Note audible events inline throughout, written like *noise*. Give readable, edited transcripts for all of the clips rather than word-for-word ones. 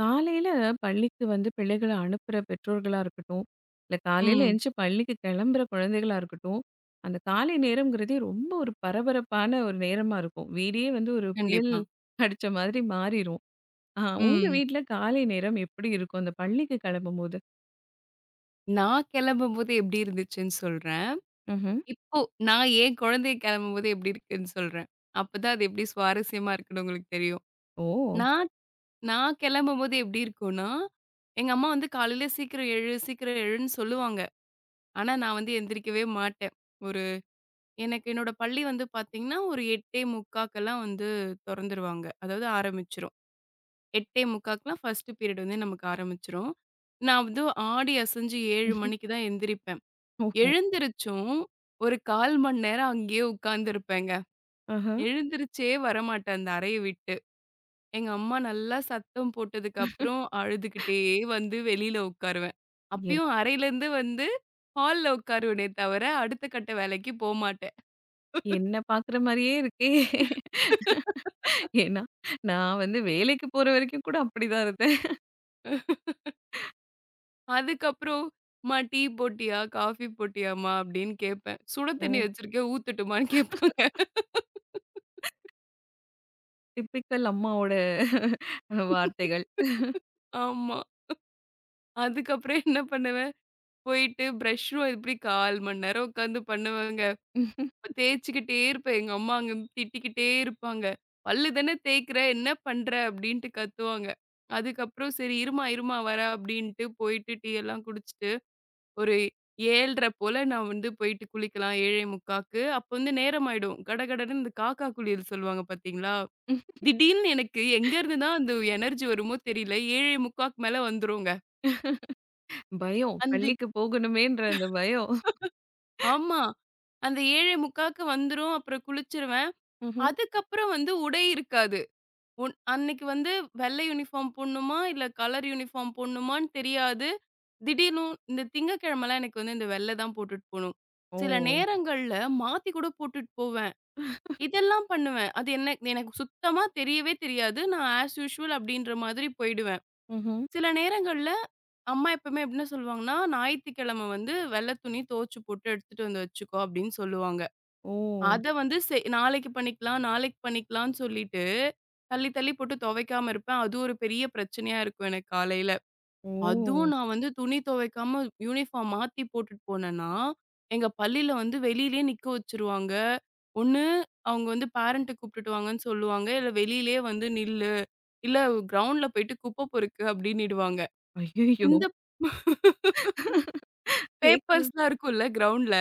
காலையில பள்ளிக்கு வந்து பிள்ளைகள அனுப்புற பெற்றோர்களா இருக்கட்டும், இல்ல காலையில ம். எந்திச்சு பள்ளிக்கு கிளம்புற குழந்தைகளா இருக்கட்டும், அந்த காலை நேரம்ங்கிறதே ரொம்ப ஒரு பரபரப்பான ஒரு நேரமா இருக்கும். வீடே வந்து ஒரு புயல் கண்டிப்பா. அடிச்ச மாதிரி மாறிரும். ஆ உங்க ம். வீட்ல காலை நேரம் எப்படி இருக்கும்? அந்த பள்ளிக்கு கிளம்பும்போது? நான் கிளம்பும்போது எப்டி இருந்துச்சுன்னு சொல்றேன். ம்ஹ்ம். இப்போ நான் என் குழந்தை கிளம்பும்போது எப்டி இருக்குன்னு சொல்றேன். அப்பதான் அது எப்டி சுவாரஸ்யமா இருக்குன்னு உங்களுக்கு தெரியும். ஓ! நான் நான் கிளம்பும்போது எப்டி இருக்கும்னா, எங்க அம்மா வந்து காலையில சீக்கிரம் எழு, சீக்கிரம் எழுன்னு சொல்லுவாங்க. ஆனா நான் வந்து எந்திரிக்கவே மாட்டேன். ஒரு எனக்கு என்னோட பள்ளி வந்து பார்த்தீங்கன்னா, ஒரு 8:45க்கெல்லாம் வந்து தொறந்துருவாங்க. அதாவது ஆரம்பிச்சுரும். 8:45க்கெல்லாம் ஃபர்ஸ்ட் பீரியட் வந்து நமக்கு ஆரம்பிச்சுரும். நான் வந்து ஆடி அசைஞ்சு 7 மணிக்கு தான் எந்திரிப்பேன். ஓஹோ! எழுந்திரிச்சும் ஒரு 1/4 மணி நேரம் அங்கேயே உட்கார்ந்திருப்பேங்க. ஆஹா. எழுந்திரிச்சே வரமாட்டேன் அந்த அறைய விட்டு. எங்க அம்மா நல்லா சத்தம் போட்டதுக்கப்புறம் அழுதுகிட்டே வந்து வெளியில உட்காருவேன். என் அப்பயும் அறையிலேருந்து வந்து ஹால்ல உட்காருவேனே தவிர, அடுத்த கட்ட வேலைக்கு போமாட்டேன். என்ன பார்க்குற மாரியே இருக்கே! ஏன்னா, நான் வந்து வேலைக்கு போற வரைக்கும் கூட அப்படிதான் இருந்தேன். அதுக்கப்புறம், "அம்மா டீ போட்டியா? காஃபி போட்டியாம்மா?" அப்படின்னு கேட்பேன். "சுட ஓ! தண்ணி வச்சிருக்கேன் ஊத்தட்டுமான்னு?" கேட்பாங்க. டிப்பிக்கல் அம்மாவோட வார்த்தைகள். ஆமா. அதுக்கப்புறம் என்ன பண்ணுவேன் போயிட்டு பிரஷ்ஷும் எப்படி 1/4 மணி நேரம் உட்காந்து பண்ணுவேங்க. தேய்ச்சுக்கிட்டே இருப்பேன். எங்க அம்மா அங்க இருந்து திட்டிக்கிட்டே இருப்பாங்க. "பல்லு தானே தேய்க்கிற, என்ன பண்ற?" அப்படின்ட்டு கத்துவாங்க. அதுக்கப்புறம் சரி இரும்மா, இரும்மா வரேன் அப்படின்ட்டு போயிட்டு டீ எல்லாம் குடிச்சுட்டு, ஒரு 7:30 போல நான் வந்து போயிட்டு குளிக்கலாம் 7:45க்கு. அப்போ வந்து நேரமாயிடும். கடகடன்னு இந்த காக்கா குளியல் சொல்லுவாங்க பார்த்தீங்களா? திடீர்னு எனக்கு எங்கேருந்து தான் அந்த எனர்ஜி வருமோ தெரியல. 7:45க்கு மேல வந்துருங்க. பயம். அந்த பள்ளிக்கு போகணுமேன்ற அந்த பயம். ஆமா. அந்த 7:45க்கு வந்துரும். அப்புறம் குளிச்சுருவேன். ம்ஹ்ம். அதுக்கப்புறம் வந்து உடை இருக்காது. உன் அன்னைக்கு வந்து வெள்ளை யூனிஃபார்ம் போடணுமா? இல்ல கலர் யூனிஃபார்ம் போடணுமான்னு தெரியாது. திடீர்னு இந்த திங்கட்கிழமைலாம் எனக்கு வந்து இந்த வெள்ளை தான் போட்டுட்டு போணும். ஓ! சில நேரங்கள்ல மாத்தி கூட போட்டுட்டு போவேன். இதெல்லாம் பண்ணுவேன். அது என்ன எனக்கு சுத்தமா தெரியவே தெரியாது. நான் ஆஸ் யூசுவல் அப்படின்ற மாதிரி போயிடுவேன். ம்ஹ்ம். சில நேரங்கள்ல அம்மா எப்பவுமே எப்படின்னா சொல்லுவாங்கன்னா, "ஞாயித்துக்கிழமை வந்து வெள்ளை துணி துவச்சு போட்டு எடுத்துட்டு வந்து வச்சுக்கோ" அப்படின்னு சொல்லுவாங்க. ஓ! அத வந்து நாளைக்கு பண்ணிக்கலாம், நாளைக்கு பண்ணிக்கலாம்ன்னு சொல்லிட்டு, தள்ளி தள்ளி போட்டு துவைக்காம இருப்பேன். அது ஒரு பெரிய பிரச்சனையா இருக்கும் எனக்கு காலையில. ஓ! அதுவும் நான் வந்து துணி துவைக்காம யூனிஃபார்ம் மாத்தி போட்டுட்டு போனேன்னா, எங்க பள்ளியில வந்து வெளியிலயே நிக்க வச்சுருவாங்க. ஒண்ணு அவங்க வந்து பேரண்ட்ட கூப்பிட்டுட்டு வாங்கன்னு சொல்லுவாங்க. இல்ல வெளியிலயே வந்து நில்லு. இல்ல கிரவுண்ட்ல போயிட்டு குப்ப பொறுக்கு அப்டின்னிடுவாங்க. ஐயய்யோ! இந்த கேக்கு பேப்பர்ஸ்லாம் இருக்கும்ல கிரவுண்ட்ல.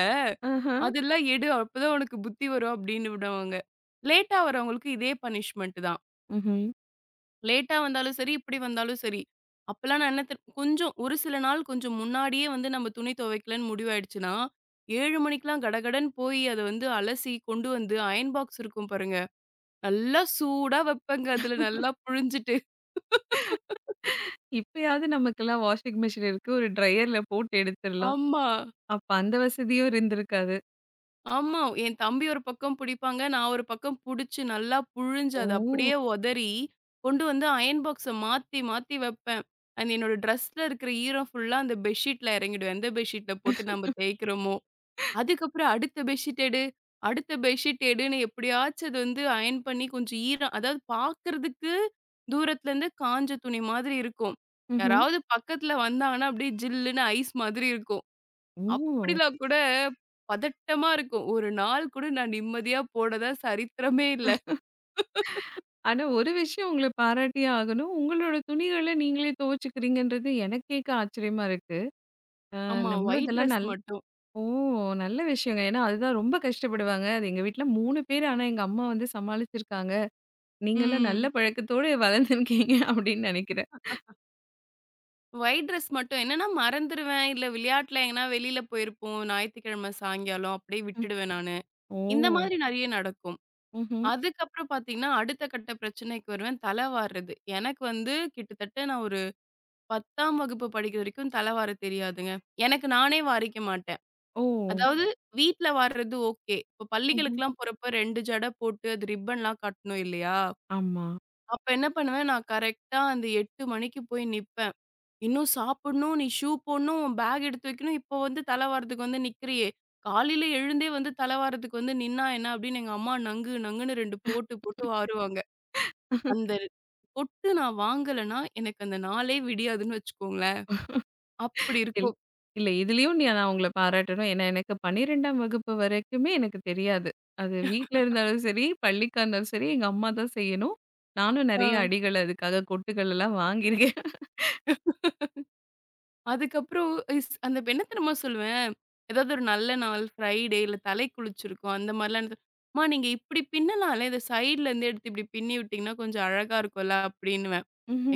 ஆஹா. அதெல்லாம் எடு அப்பதான் உனக்கு புத்தி வரும் அப்படின்னு விடுவாங்க. லேட்டா வரவங்களுக்கு இதே பனிஷ்மென்ட் தான். ம்ஹ்ம். லேட்டா வந்தாலும் சரி, இப்படி வந்தாலும் சரி. அப்பலாம் நான் என்ன தெரி கொஞ்சம் ஒரு சில நாள் கொஞ்சம் முன்னாடியே வந்து நம்ம துணி துவைக்கலன்னு முடிவாயிடுச்சுன்னா, 7 மணிக்கெல்லாம் கடகடன்னு போய் அத வந்து அலசி கொண்டு வந்து அயர்ன் பாக்ஸ் இருக்கும் பாருங்க. நல்லா சூடா வைப்பேங்க. அதுல நல்லா புழிஞ்சுட்டு. இப்பயாவது நமக்கெல்லாம் வாஷிங் மிஷின் இருக்கு. ஒரு ட்ரையர்ல போட்டு எடுத்துரலாம். ஆமா. அப்ப அந்த வசதியும் இருந்திருக்காது. ஆமா. என் தம்பி ஒரு பக்கம் புடிப்பாங்க. நான் ஒரு பக்கம் புடிச்சு நல்லா புழிஞ்சு அத ஓ! அப்படியே உதறி, கொண்டு வந்து அயர்ன் பாக்ஸ மாத்தி மாத்தி வைப்பேன். அந்த என்னோட ட்ரெஸ்ல இருக்கிற ஈரம் ஃபுல்லா அந்த பெட்ஷீட்ல இறங்கிடும். எந்த பெட்ஷீட்ல போட்டு நம்ம தேய்க்கிறோமோ. அதுக்கப்புறம் அடுத்த பெட்ஷீட் எடு, அடுத்த பெட்ஷீட் எடுன்னு எப்படியாச்சும் அது வந்து அயர்ன் பண்ணி கொஞ்சம் ஈரம் அதாவது பார்க்கறதுக்கு தூரத்துல இருந்து காஞ்ச துணி மாதிரி இருக்கும். ம்ஹ்ம். யாராவது பக்கத்துல வந்தாங்கன்னா அப்படியே ஜில்லுன்னு ஐஸ் மாதிரி இருக்கும். ஓ! அப்படிலாம் கூட பதட்டமா இருக்கும். ஒரு நாள் கூட நான் நிம்மதியா போனதா சரித்திரமே இல்ல. ஆனா ஒரு விஷயம் உங்கள பாராட்டியே ஆகணும். உங்களோட துணிகள நீங்களே துவச்சுக்கிறீங்கன்றது எனக்கு கேட்க ஆச்சரியமா இருக்கு. ஆமா. நம்மளும் ஒயிட் இதெல்லாம் ட்ரெஸ் நல்லா மட்டும். ஓ! நல்ல விஷயங்க. ஏன்னா, அதுதான் ரொம்ப கஷ்டப்படுவாங்க. அது எங்க வீட்ல 3 பேரு. ஆனா, எங்க அம்மா வந்து சமாளிச்சிருக்காங்க. நீங்கலாம் நல்ல ம். பழக்கத்தோட வளர்ந்துருக்கீங்க *laughs* அப்படின்னு நெனைக்கிறேன். ஒயிட் ட்ரெஸ் மட்டும். என்னன்னா மறந்துருவேன். இல்ல விளையாட்டுல எங்கனா வெளியில போயிருப்போம். ஞாயித்துக்கிழமை சாயங்காலம் அப்படியே ம். விட்டுடுவேன் நானு. ஓ! இந்த மாதிரி நெறைய நடக்கும். ம்ஹ்ம். அதுக்கப்புறம் பார்த்தீங்கன்னா, அடுத்த கட்ட பிரச்சனைக்கு வருவேன். தலை வார்றது. எனக்கு வந்து கிட்டத்தட்ட நான் ஒரு 10ஆம் வகுப்பு படிக்கிற வரைக்கும் தலை வாரத் தெரியாதுங்க. எனக்கு நானே வாரிக்க மாட்டேன். ஓ! அதாவது வீட்ல வர்றது ஓகே. இப்ப ம்ஹ்ம். பள்ளிகளுக்குலாம் போறப்ப 2 ஜட போட்டு, அது ரிப்பன்லாம் கட்டணும் இல்லையா? ஆமா. அப்ப என்ன பண்ணுவேன், நான் கரெக்ட்டா அந்த 8 மணிக்கு போய் நிப்பேன். "இன்னும் சாப்பிடணும், நீ ஷூ போடணும், உன் பேக் எடுத்து வைக்கணும், இப்போ வந்து தல வாரத்துக்கு வந்து நிக்கிறியே! காலையில எழுந்தே வந்து தல வாரத்துக்கு வந்து நின்னா என்ன?" அப்படின்னு எங்க அம்மா நங்கு நங்குன்னு 2 போட்டு போட்டு வாருவாங்க. அந்த கொட்டு நான் வாங்கலன்னா, எனக்கு அந்த நாளே விடியாதுன்னு வச்சுக்கோங்களேன். அப்படி இல் இருக்கும். இல்ல இதுலயும் நான் உங்கள பாராட்டணும். ஏன்னா, எனக்கு 12ஆம் வகுப்பு வரைக்குமே எனக்கு தெரியாது. அது வீட்ல இருந்தாலும் சரி, பள்ளிக்கா இருந்தாலும் சரி, எங்க அம்மா தான் செய்யணும். நானும் ஆ. நெறைய அடிகள் அதுக்காக கொட்டுகள் எல்லாம் வாங்கியிருக்கேன். அதுக்கப்புறம் அந்த என்ன தெரியுமா சொல்லுவேன், ஏதாவது ஒரு நல்ல நாள் ஃப்ரைடே இல்ல தலை குளிச்சிருக்கோம். அந்த மாரிலாம் எனக்கு, "அம்மா நீங்க இப்டி பின்னலாம்ல. இத சைட்ல இருந்து எடுத்து இப்டி பின்னி விட்டீங்கன்னா கொஞ்சம் அழகா இருக்கும்ல" அப்டின்னுவேன்.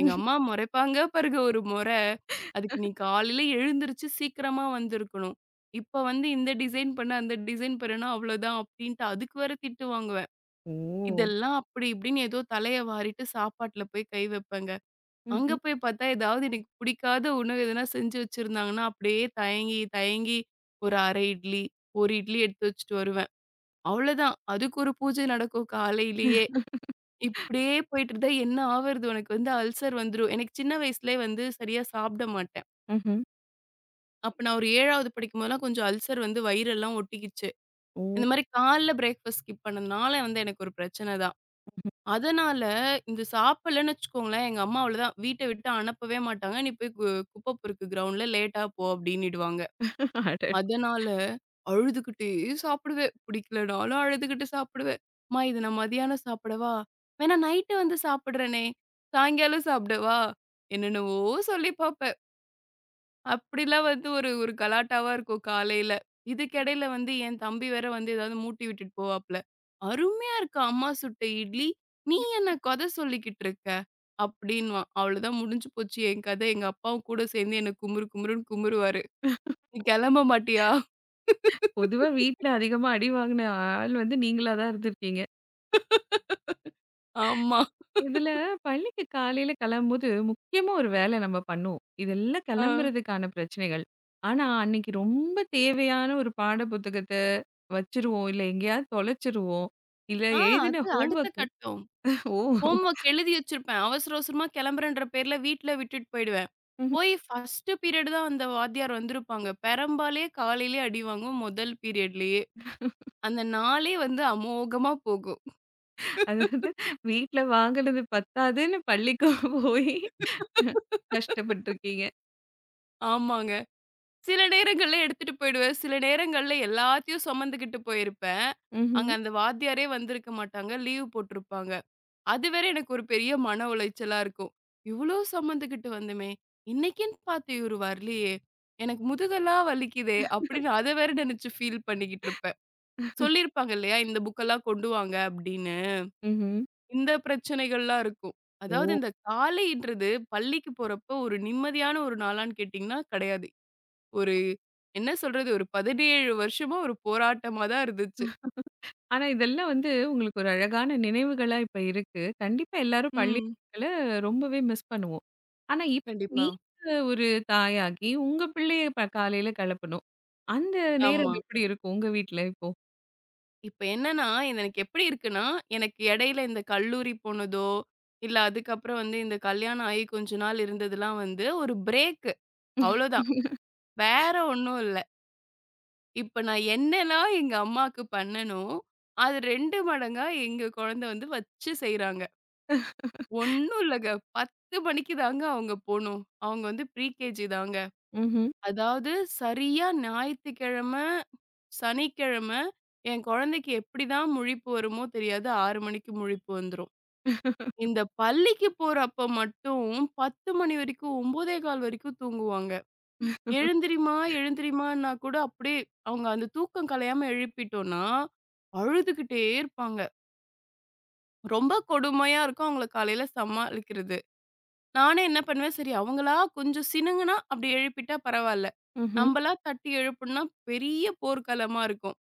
எங்க அம்மா மொறைப்பாங்க பாருங்க ஒரு மொற. அதுக்கு நீ காலையில எழுந்திருச்சு சீக்கிரமா வந்திருக்கணும். இப்ப வந்து இந்த டிசைன் பண்ணு, அந்த டிசைன் பண்ணுனா அவ்ளோதான் அப்டின்ட்டு அதுக்கு வேற திட்டு வாங்குவேன். ஓ! இதெல்லாம் அப்டி இப்டின்னு ஏதோ தலைய வாரிட்டு சாப்பாட்ல போய் கை வைப்பேங்க. அங்க ம்ஹ்ம். போய் பார்த்தா, ஏதாவது எனக்கு பிடிக்காத உணவு எதுனா செஞ்சு வச்சிருந்தாங்கன்னா, அப்படியே தயங்கி, தயங்கி ஒரு 1/2 இட்லி, 1 இட்லி எடுத்து வச்சுட்டு வருவேன். அவ்வளோதான். அதுக்கு ஒரு பூஜை நடக்கும் காலையிலேயே. இப்படியே போயிட்டு இருந்தா என்ன ஆவறது? உனக்கு வந்து அல்சர் வந்துரும். எனக்கு சின்ன வயசுலயே வந்து சரியா சாப்பிட மாட்டேன். ம்ஹ்ம். அப்ப நான் ஒரு 7வது படிக்கும்போதெல்லாம் கொஞ்சம் அல்சர் வந்து வயிறெல்லாம் ஒட்டிக்கிச்சு. ஓ! இந்த மாரி காலைல பிரேக்ஃபாஸ்ட் ஸ்கிப் பண்ணதுனால வந்து எனக்கு ஒரு பிரச்சனை தான். அதனால இந்த சாப்பிடலன்னு வச்சுக்கோங்களேன், எங்க அம்மா அவ்வளதான். வீட்ட விட்டு அனுப்பவே மாட்டாங்க. "நீ போய் குப்ப பொறுக்கு கிரவுண்ட்ல லேட்டா போ" அப்படின்னிடுவாங்க. அட! அதனால அழுதுகிட்டே சாப்பிடுவேன். பிடிக்கலனாலும் அழுதுகிட்டு சாப்பிடுவேன். "அம்மா இது நான் மதியானம் சாப்பிடவா? வேணா நைட்டு வந்து சாப்பிடுறேனே, சாயங்காலம் சாப்பிடவா?" என்னென்னவோ சொல்லி பாப்பேன். அப்படிலாம் வந்து ஒரு ஒரு கலாட்டாவா இருக்கும் காலையில. இதுக்கிடையில வந்து என் தம்பி வேற வந்து ஏதாவது மூட்டி விட்டுட்டு போவாப்ல. "அருமையா இருக்கு அம்மா சுட்ட இட்லி. நீ என்ன கதை சொல்லிக்கிட்டு இருக்க?" அப்படின்னுவான். அவ்வளோதான் முடிஞ்சு போச்சு என் கதை. எங்க அப்பாவும் கூட சேர்ந்து என்ன குமுறு குமுறுன்னு குமுறுவாரு. "நீ கிளம்ப மாட்டியா?" பொதுவா வீட்ல அதிகமா அடி வாங்கின ஆள் வந்து நீங்களா தான் இருந்திருக்கீங்க. ஆமா. இதுல பள்ளிக்கு காலையில கிளம்பும்போது முக்கியமா ஒரு வேலை நம்ம பண்ணுவோம். இதெல்லாம் அ. கிளம்புறதுக்கான பிரச்சனைகள். ஆனா அன்னைக்கு ரொம்ப தேவையான ஒரு பாட புத்தகத்த வச்சுருவோம். இல்ல எங்கேயாவது தொலைச்சிருவோம். இல்ல ஆ எழுதின அது ஹோம் அடுத்த ஒர்க் கட்டம். ஓ! ஹோம்வொர்க் எழுதி வச்சிருப்பேன். அவசர அவசரமா கிளம்புறேன்ற பேர்ல வீட்ல விட்டுட்டு போயிடுவேன். போய் ஃபர்ஸ்ட்டு பீரியட் தான் அந்த வாத்தியார் வந்திருப்பாங்க. பெரம்பாலயே காலையிலயே அடி வாங்கும் முதல் பீரியட்லயே. அந்த நாளே வந்து அமோகமா போகும். அதாவது வீட்ல வாங்குனது பத்தாதுன்னு பள்ளிக்கும் போய் கஷ்டப்பட்டுருக்கீங்க. ஆமாங்க. சில நேரங்கள்ல எடுத்துட்டு போயிடுவேன். சில நேரங்கள்ல எல்லாத்தையும் சுமந்துகிட்டு போயிருப்பேன். ம்ஹ்ம். அங்க அந்த வாத்தியாரே வந்திருக்க மாட்டாங்க. லீவ் போட்டிருப்பாங்க. அது வேற எனக்கு ஒரு பெரிய மன உளைச்சலா இருக்கும். இவ்ளோ சுமந்துகிட்டு வந்தோமே! இன்னைக்குன்னு பார்த்து இவரு வரலையே! எனக்கு முதுகெல்லாம் வலிக்குதே! அப்படின்னு அத வேற நினைச்சு ஃபீல் பண்ணிக்கிட்டு இருப்பேன். சொல்லியிருப்பாங்க இல்லையா? இந்த புக்கெல்லாம் கொண்டு வாங்க அப்படின்னு. ம்ஹ்ம். இந்த பிரச்சனைகள்லாம் இருக்கும். ஓ! அதாவது இந்த காலைன்றது பள்ளிக்கு போறப்போ ஒரு நிம்மதியான ஒரு நாளான்னு கேட்டீங்கன்னா, கிடையாது. ஒரு என்ன சொல்றது? ஒரு 17 வருஷமா ஒரு போராட்டமா தான் இருந்துச்சு. ஆனா, இதெல்லாம் வந்து உங்களுக்கு ஒரு அழகான நினைவுகளா இப்ப இருக்கு. கண்டிப்பா எல்லாரும் பள்ளி ம். நாட்கள ரொம்பவே மிஸ் பண்ணுவோம். ஆனா, இப்ப ம். கண்டிப்பா. நீங்க ஒரு தாயாகி, உங்க பிள்ளைய இப்ப காலையில கெளப்பணும். அந்த நேரம் ஆமா. எப்படி இருக்கும் உங்க வீட்ல இப்போ? இப்ப என்னன்னா, இது எனக்கு எப்படி இருக்குன்னா, எனக்கு இடையில இந்த கல்லூரி போனதோ, இல்ல அதுக்கப்புறம் வந்து இந்த கல்யாணம் ஆகி கொஞ்ச நாள் இருந்ததெல்லாம் வந்து ஒரு பிரேக்கு. அவ்வளோதான். வேற ஒண்ணும் இல்ல. இப்ப நான் என்னலாம் எங்க அம்மாக்கு பண்ணனோ, அது 2 மடங்கா எங்க குழந்தை வந்து வச்சு செய்றாங்க. ஒண்ணும் இல்லங்க. 10 மணிக்கு தாங்க அவங்க போணும். அவங்க வந்து ப்ரீகேஜி தாங்க. ம்ஹ்ம், அதாவது சரியா ஞாயித்துக்கிழமை, சனிக்கிழமை என் குழந்தைக்கு எப்படிதான் முழிப்பு வருமோ தெரியாது. 6 மணிக்கு முழிப்பு வந்துரும். இந்த பள்ளிக்கு போறப்ப மட்டும் 10 மணி வரைக்கும் 9:15 வரைக்கும் தூங்குவாங்க. எழுந்திரிம்மா, எழுந்திரிம்மான்னா கூட அப்படியே அவங்க அந்த தூக்கம் கலையாம எழுப்பிட்டோம்னா, அழுதுகிட்டே இருப்பாங்க. ரொம்ப கொடுமையா இருக்கும் அவங்கள காலையில சமாளிக்கிறது. நானே என்ன பண்ணுவேன், சரி அவங்களா கொஞ்சம் சிணுங்குனா அப்படி எழுப்பிட்டா பரவால்ல. ம்ஹ்ம். நம்பளா தட்டி எழுப்பணும்னா பெரிய போர்க்களமா இருக்கும்.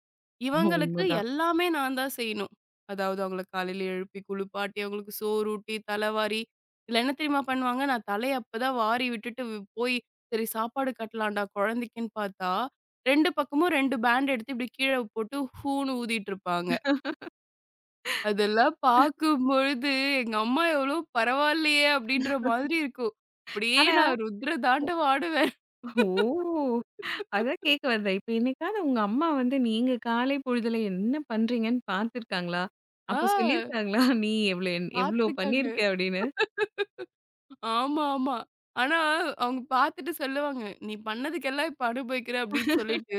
இவங்களுக்கு உண்மதான். எல்லாமே நான் தான் செய்யணும். அதாவது அவங்கள காலையில எழுப்பி குளிப்பாட்டி, அவங்களுக்கு சோறு ஊட்டி, தலவாரி இதில என்ன தெரியுமா பண்ணுவாங்க, நான் தலைய அப்பதான் வாரி விட்டுட்டு போய் சரி சாப்பாடு கட்டலாம்டா குழந்தைக்குன்னு பார்த்தா, 2 பக்கமும் 2 பேண்ட் எடுத்து இப்படி கீழ போட்டு ஹூன்னு ஊதிட்டு இருப்பாங்க. அதெல்லாம் பார்க்கும்பொழுது, எங்க அம்மா எவ்வளோ பரவாயில்லையே! அப்படின்ற மாதிரி இருக்கும். அப்படியே ஆனா நான் ருத்ர தாண்டவம் ஆடுவேன். ஓ! அதான் கேட்க வந்தேன். இப்ப என்னைக்காவது உங்க அம்மா வந்து நீங்க காலை பொழுதுல என்ன பண்றீங்கன்னு பார்த்துருக்காங்களா? ஆ அப்ப சொல்லியிருக்காங்களா? நீ எவ்ளோ எவ்ளோ பார்த்துருக்காங்க. பண்ணியிருக்க அப்படின்னு? ஆமா, ஆமா. ஆனா, அவங்க பார்த்துட்டு சொல்லுவாங்க, "நீ பண்ணதுக்கெல்லாம் இப்ப அனுபவிக்கிற" அப்படின்னு சொல்லிட்டு,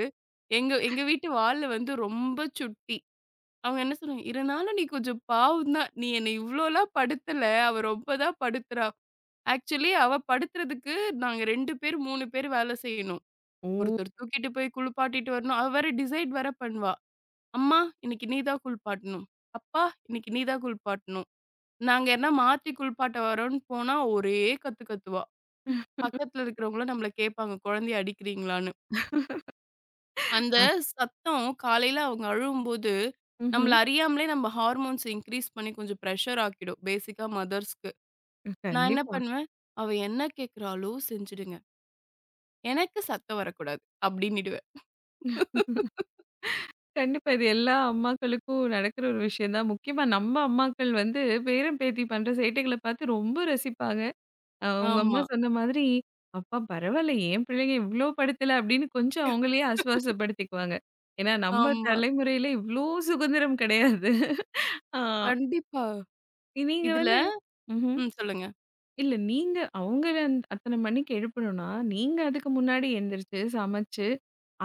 எங்க எங்க வீட்டு வாலு வந்து ரொம்ப சுட்டி. அவங்க என்ன சொல்லுவாங்க, "இருந்தாலும் நீ கொஞ்சம் பாவம் தான். நீ என்னை இவ்ளோலாம் படுத்தல. அவ ரொம்ப தான் படுத்துறா. ஆக்சுவலி அவ படுத்துறதுக்கு நாங்க 2 பேர், 3 பேர் வேலை செய்யணும்." ஓ! ஒருத்தர் தூக்கிட்டு போய் குளிப்பாட்டிட்டு வரணும். அவ வேற டிசைட் வேற பண்ணுவா. "அம்மா இன்னைக்கு நீ தான் குளிப்பாட்டணும். அப்பா இன்னைக்கு நீ தான் குளிப்பாட்டணும்." நாங்க யாருனா மாத்தி குளிப்பாட்ட வரோம்ன்னு போனா ஒரே கத்து கத்துவா. பக்கத்துல இருக்கிறவங்களும் நம்மள கேட்பாங்க, "குழந்தைய அடிக்கிறீங்களான்னு?" அந்த அத் சத்தம் காலையில அவங்க அழுவும்போது, ம்ஹ்ம். நம்மள அறியாமலே நம்ம ஹார்மோன்ஸ் இன்கிரீஸ் பண்ணி கொஞ்சம் பிரஷர் ஆக்கிடும். பேசிக்கா மதர்ஸ்க்கு. நான் என்ன கண்டிப்பா. பண்ணுவேன், "அவ என்ன கேட்கிறாளோ செஞ்சுடுங்க. எனக்கு சத்தம் வரக்கூடாது." அப்படின்னிடுவேன். கண்டிப்பா. இது எல்லா அம்மாக்களுக்கும் நடக்குற ஒரு விஷயம் தான். முக்கியமா நம்ம அம்மாக்கள் வந்து பேரன், பேத்தி பண்ற சேட்டைகள பார்த்து ரொம்ப ரசிப்பாங்க. உங்க அம்மா ஆமா. சொன்ன மாதிரி, "அப்பா பரவால்ல, என் பிள்ளைங்க இவ்ளோ படுத்தல" அப்படின்னு கொஞ்சம் அவங்களயே ஆசுவாசப்படுத்திக்குவாங்க. ஏன்னா நம்ம ஆமா. தலைமுறையில இவ்ளோ சுதந்திரம் கிடையாது. ஆ கண்டிப்பா. நீங்க இதுல வந்து ம்ஹ்ம். ம் சொல்லுங்க. இல்ல நீங்க அவங்கள அத்தன மணிக்கு எழுப்பணும்னா, நீங்க அதுக்கு முன்னாடி எந்திரிச்சு, சமைச்சு,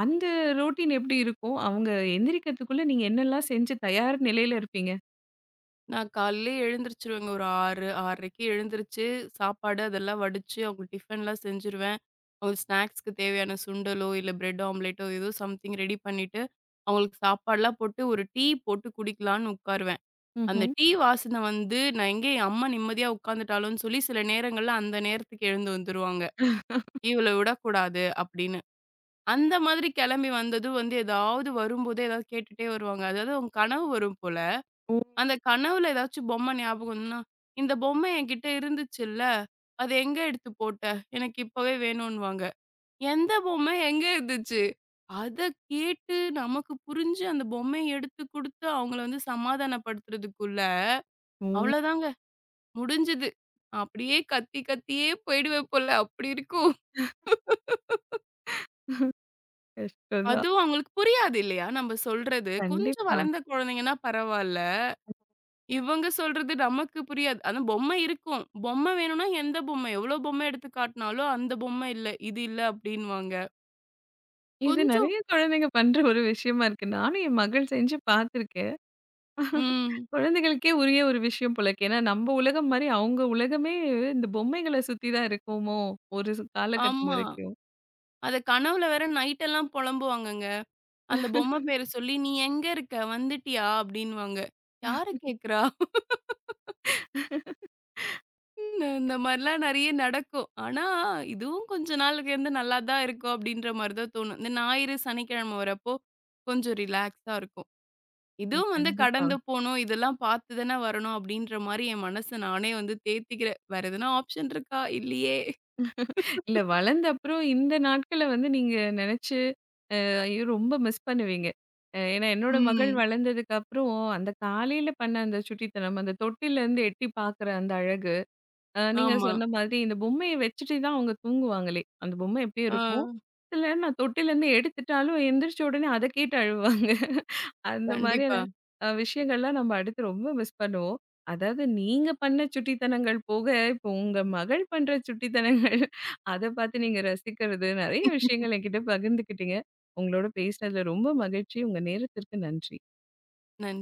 அந்த ரொட்டீன் எப்படி இருக்கும்? அவங்க எந்திரிக்கிறதுக்குள்ள நீங்க என்னெல்லாம் செஞ்சு தயார் நிலையில இருப்பீங்க? நான் காலையிலே எழுந்திரிச்சுருவேங்க. ஒரு 6, 6:30க்கு எழுந்திரிச்சு, சாப்பாடு அதெல்லாம் வடிச்சு, அவங்களுக்கு டிஃபன்லாம் செஞ்சுருவேன். அவங்களுக்கு ஸ்நாக்ஸ்க்கு தேவையான சுண்டலோ, இல்ல பிரெட் ஆம்லேட்டோ ஏதோ சம்திங் ரெடி பண்ணிட்டு, அவங்களுக்கு சாப்பாடுலாம் போட்டு, ஒரு டீ போட்டு குடிக்கலான்னு உட்காருவேன். அந்த ம்ஹ்ம். டீ வாசனை வந்து, நான் எங்க என் அம்மா நிம்மதியா உட்காந்துட்டாளோன்னு சொல்லி, சில நேரங்கள்ல அந்த நேரத்துக்கு எழுந்து வந்துருவாங்க. "இவள விடக்கூடாது" அப்படின்னு. அந்த மாதிரி கிளம்பி வந்ததும் வந்து, ஏதாவது வரும்போதே ஏதாவது கேட்டுட்டே வருவாங்க. அதாவது அவங்க கனவு வரும் போல. ஓ! அந்த கனவுல ஏதாச்சும் பொம்மை ஞாபகம் வந்துன்னா, "இந்த பொம்மை என்கிட்ட இருந்துச்சுல்ல, அது எங்க எடுத்து போட்ட? எனக்கு இப்பவே வேணுன்னுவாங்க." எந்த பொம்மை எங்க இருந்துச்சு? அத கேட்டு நமக்கு புரிஞ்சு அந்த பொம்மைய எடுத்து குடுத்து அவங்கள வந்து சமாதானப்படுத்துறதுக்குள்ள, ஓ! அவ்வளோதாங்க முடிஞ்சுது. அப்படியே கத்தி கத்தியே போயிடுவேன் போல, அப்படி இருக்கும். கஷ்டம் தான். அதுவும் அவங்களுக்கு புரியாது இல்லையா? நம்ம சொல்றது. கொஞ்சம் கண்டிப்பா. வளர்ந்த குழந்தைங்கன்னா பரவால்ல. இவங்க சொல்றது நமக்கு புரியாது. ஆனா பொம்மை இருக்கும். பொம்மை வேணும்னா எந்த பொம்மை? எவ்ளோ பொம்மை எடுத்து காட்டினாலும், அந்த பொம்மை இல்ல, இது இல்ல அப்டின்னுவாங்க. இது கொஞ்சம் நெறைய குழந்தைங்க பண்ற ஒரு விஷயமா இருக்கு. நானும் என் மகள் செஞ்சு பார்த்துருக்கேன். ம். குழந்தைகளுக்கே உரிய ஒரு விஷயம் போல இருக்கு. ஏன்னா நம்ம உலகம் மாரி அவங்க உலகமே இந்த பொம்மைகள சுத்தி தான் இருக்குமோ! ஒரு சு காலகட்டம் ஆமா. வரைக்கும். அத கனவுல வேற நைட் எல்லாம் புலம்புவாங்கங்க. அந்த பொம்மை பேர சொல்லி, "நீ எங்க இருக்க? வந்துட்டியா?" அப்டின்னுவாங்க. யார கேட்குறா? இந்த இந்த மாரிலாம் நெறைய நடக்கும். ஆனா, இதுவும் கொஞ்ச நாளுக்கு வந்து நல்லா தான் இருக்கும் அப்டின்ற மாரி தான் தோணும். இந்த ஞாயிறு, சனிக்கிழமை வரப்போ கொஞ்சம் ரிலாக்ஸா இருக்கும். ம் இதுவும் வந்து கண்டிப்பா. கடந்து போணும். இதெல்லாம் பார்த்து தான வரணும் அப்டின்ற மாரி என் மனச நானே வந்து தேத்திக்கிறேன். வேற எதனா ஆப்ஷன் இருக்கா? இல்லையே. இல்ல வளர்ந்த அப்புறம் இந்த நாட்கள வந்து நீங்க நெனச்சு ஐயோ! ரொம்ப மிஸ் பண்ணுவீங்க. ஏன்னா என்னோட மகள் ம். வளர்ந்ததுக்கு அப்புறம் அந்த காலையில பண்ண அந்த சுட்டித்தனம், அந்த தொட்டில்லேருந்து எட்டி பார்க்குற அந்த அழகு. நீங்க ஆமா. சொன்ன மாதிரி இந்த பொம்மைய வச்சுட்டே தான் அவங்க தூங்குவாங்களே! அந்த பொம்மை எப்படியே ஆ. இருக்கும். சில நேரம் நான் தொட்டிலருந்து எடுத்துட்டாலும் எந்திரிச்ச உடனே அத கேட்டு அழுவாங்க. அந்த மாதிரியான கண்டிப்பா. விஷயங்கள்லாம் நம்ம அடுத்து ரொம்ப மிஸ் பண்ணுவோம். அதாவது நீங்க பண்ண சுட்டித்தனங்கள் போக, இப்போ உங்க மகள் பண்ற சுட்டித்தனங்கள் அத பார்த்து நீங்க ரசிக்கிறது, நெறைய விஷயங்கள் என்கிட்ட பகிர்ந்துக்கிட்டீங்க. உங்களோட பேசினதுல ரொம்ப மகிழ்ச்சி. உங்க நேரத்திற்கு நன்றி. நன்றி.